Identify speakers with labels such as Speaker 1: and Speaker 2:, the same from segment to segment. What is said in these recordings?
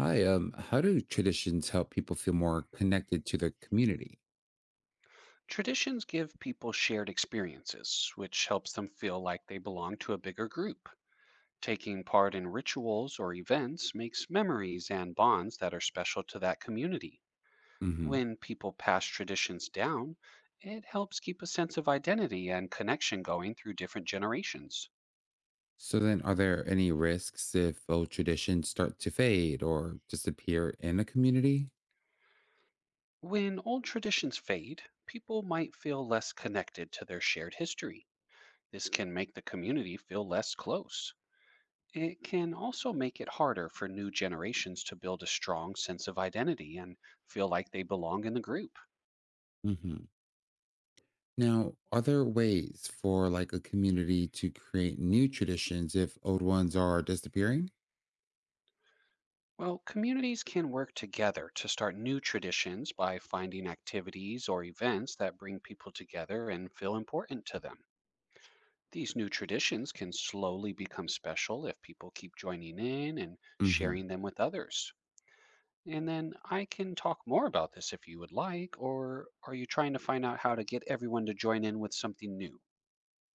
Speaker 1: Hi, how do traditions help people feel more connected to their community?
Speaker 2: Traditions give people shared experiences, which helps them feel like they belong to a bigger group. Taking part in rituals or events makes memories and bonds that are special to that community.
Speaker 1: Hmm.
Speaker 2: When people pass traditions down, it helps keep a sense of identity and connection going through different generations.
Speaker 1: So then, are there any risks if old traditions start to fade or disappear in a community?
Speaker 2: When old traditions fade, people might feel less connected to their shared history. This can make the community feel less close. It can also make it harder for new generations to build a strong sense of identity and feel like they belong in the group.
Speaker 1: Hmm. Now, are there ways for like a community to create new traditions if old ones are disappearing?
Speaker 2: Well, communities can work together to start new traditions by finding activities or events that bring people together and feel important to them. These new traditions can slowly become special if people keep joining in and
Speaker 1: Hmm.
Speaker 2: sharing them with others. And then I can talk more about this if you would like, or are you trying to find out how to get everyone to join in with something new?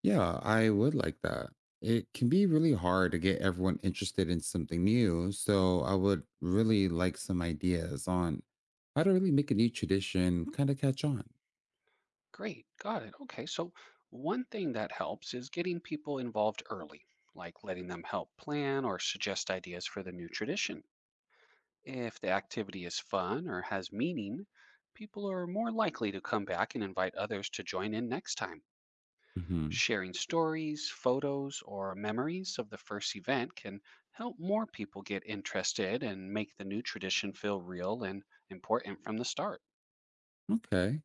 Speaker 1: Yeah, I would like that. It can be really hard to get everyone interested in something new, so I would really like some ideas on how to really make a new tradition kind of catch on.
Speaker 2: Great, got it. Okay, so one thing that helps is getting people involved early, like letting them help plan or suggest ideas for the new tradition. If the activity is fun or has meaning, people are more likely to come back and invite others to join in next time.
Speaker 1: Hmm.
Speaker 2: Sharing stories, photos, or memories of the first event can help more people get interested and make the new tradition feel real and important from the start.
Speaker 1: Okay.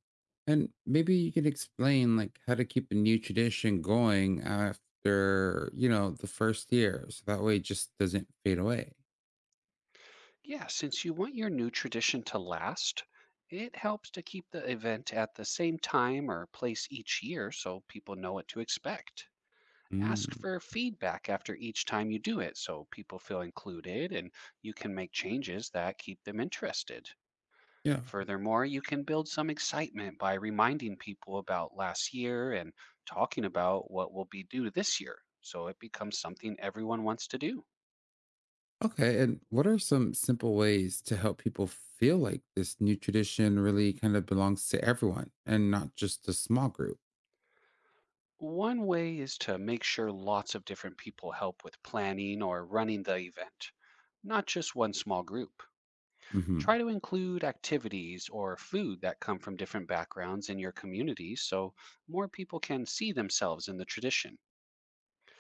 Speaker 1: And maybe you could explain like how to keep a new tradition going after the first year, so that way it just doesn't fade away.
Speaker 2: Yeah, since you want your new tradition to last, it helps to keep the event at the same time or place each year so people know what to expect. Ask
Speaker 1: Mm.
Speaker 2: for feedback after each time you do it so people feel included and you can make changes that keep them interested.
Speaker 1: Yeah.
Speaker 2: Furthermore, you can build some excitement by reminding people about last year and talking about what will be due this year so it becomes something everyone wants to do.
Speaker 1: Okay, and what are some simple ways to help people feel like this new tradition really kind of belongs to everyone and not just a small group?
Speaker 2: One way is to make sure lots of different people help with planning or running the event, not just one small group. Try
Speaker 1: Hmm.
Speaker 2: to include activities or food that come from different backgrounds in your community so more people can see themselves in the tradition.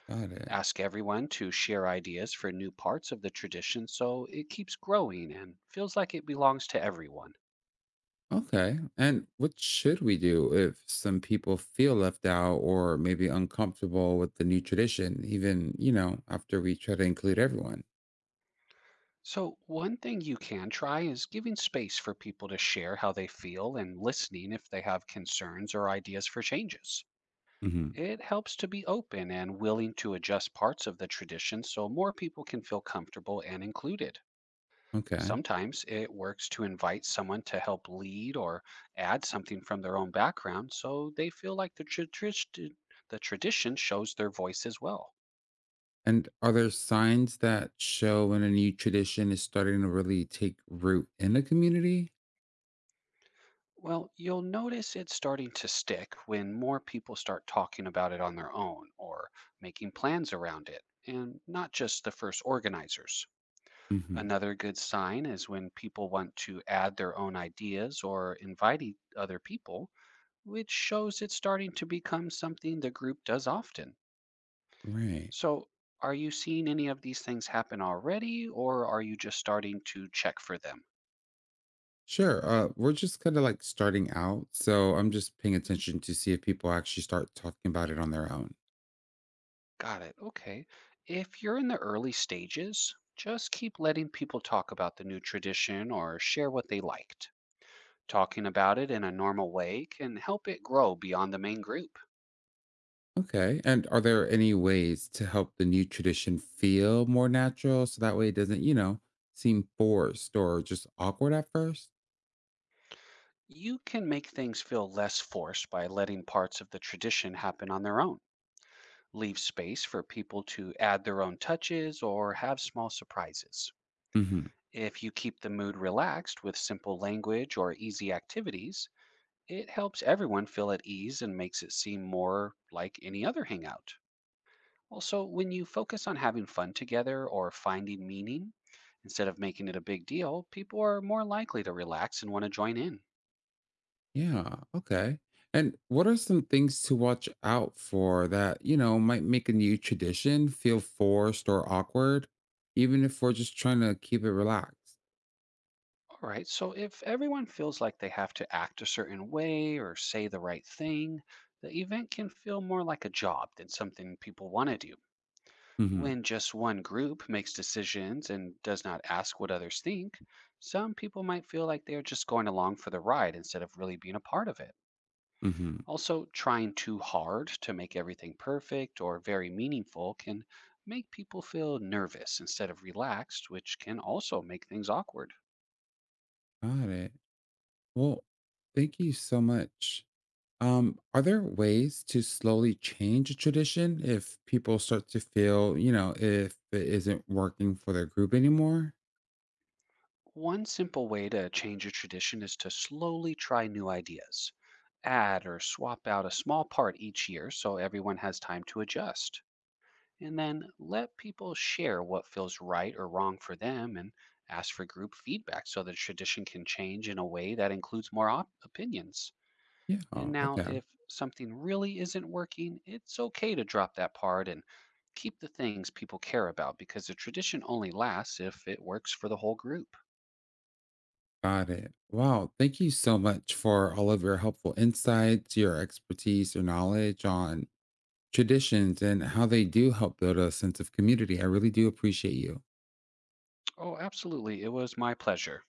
Speaker 1: Got it.
Speaker 2: Ask everyone to share ideas for new parts of the tradition so it keeps growing and feels like it belongs to everyone.
Speaker 1: Okay, and what should we do if some people feel left out or maybe uncomfortable with the new tradition, even after we try to include everyone?
Speaker 2: So, one thing you can try is giving space for people to share how they feel and listening if they have concerns or ideas for changes.
Speaker 1: Hmm.
Speaker 2: It helps to be open and willing to adjust parts of the tradition so more people can feel comfortable and included.
Speaker 1: Okay.
Speaker 2: Sometimes it works to invite someone to help lead or add something from their own background so they feel like the tradition shows their voice as well.
Speaker 1: And are there signs that show when a new tradition is starting to really take root in a community?
Speaker 2: Well, you'll notice it's starting to stick when more people start talking about it on their own or making plans around it, and not just the first organizers.
Speaker 1: Hmm.
Speaker 2: Another good sign is when people want to add their own ideas or other people, which shows it's starting to become something the group does often.
Speaker 1: Right.
Speaker 2: So, are you seeing any of these things happen already, or are you just starting to check for them?
Speaker 1: Sure. We're just kind of like starting out. So I'm just paying attention to see if people actually start talking about it on their own.
Speaker 2: Got it. Okay. If you're in the early stages, just keep letting people talk about the new tradition or share what they liked. Talking about it in a normal way can help it grow beyond the main group.
Speaker 1: Okay. And are there any ways to help the new tradition feel more natural so that way it doesn't seem forced or just awkward at 1st.
Speaker 2: You can make things feel less forced by letting parts of the tradition happen on their own. Leave space for people to add their own touches or have small surprises.
Speaker 1: Mm-hmm.
Speaker 2: If you keep the mood relaxed with simple language or easy activities, it helps everyone feel at ease and makes it seem more like any other hangout. Also, when you focus on having fun together or finding meaning, instead of making it a big deal, people are more likely to relax and want to join in.
Speaker 1: Yeah. Okay. And what are some things to watch out for that might make a new tradition feel forced or awkward, even if we're just trying to keep it relaxed?
Speaker 2: All right, so if everyone feels like they have to act a certain way or say the right thing, the event can feel more like a job than something people want to do.
Speaker 1: Mm-hmm.
Speaker 2: When just one group makes decisions and does not ask what others think, some people might feel like they are just going along for the ride instead of really being a part of it.
Speaker 1: Mm-hmm.
Speaker 2: Also, trying too hard to make everything perfect or very meaningful can make people feel nervous instead of relaxed, which can also make things awkward.
Speaker 1: Got it. Well, thank you so much. Are there ways to slowly change a tradition if people start to feel if it isn't working for their group anymore?
Speaker 2: One simple way to change a tradition is to slowly try new ideas. Add or swap out a small part each year so everyone has time to adjust. And then let people share what feels right or wrong for them and ask for group feedback so the tradition can change in a way that includes more opinions.
Speaker 1: Yeah.
Speaker 2: And
Speaker 1: Oh,
Speaker 2: now,
Speaker 1: okay.
Speaker 2: if something really isn't working, it's okay to drop that part and keep the things people care about because the tradition only lasts if it works for the whole group.
Speaker 1: Got it. Wow. Thank you so much for all of your helpful insights, your expertise, your knowledge on traditions and how they do help build a sense of community. I really do appreciate you.
Speaker 2: Oh, absolutely. It was my pleasure.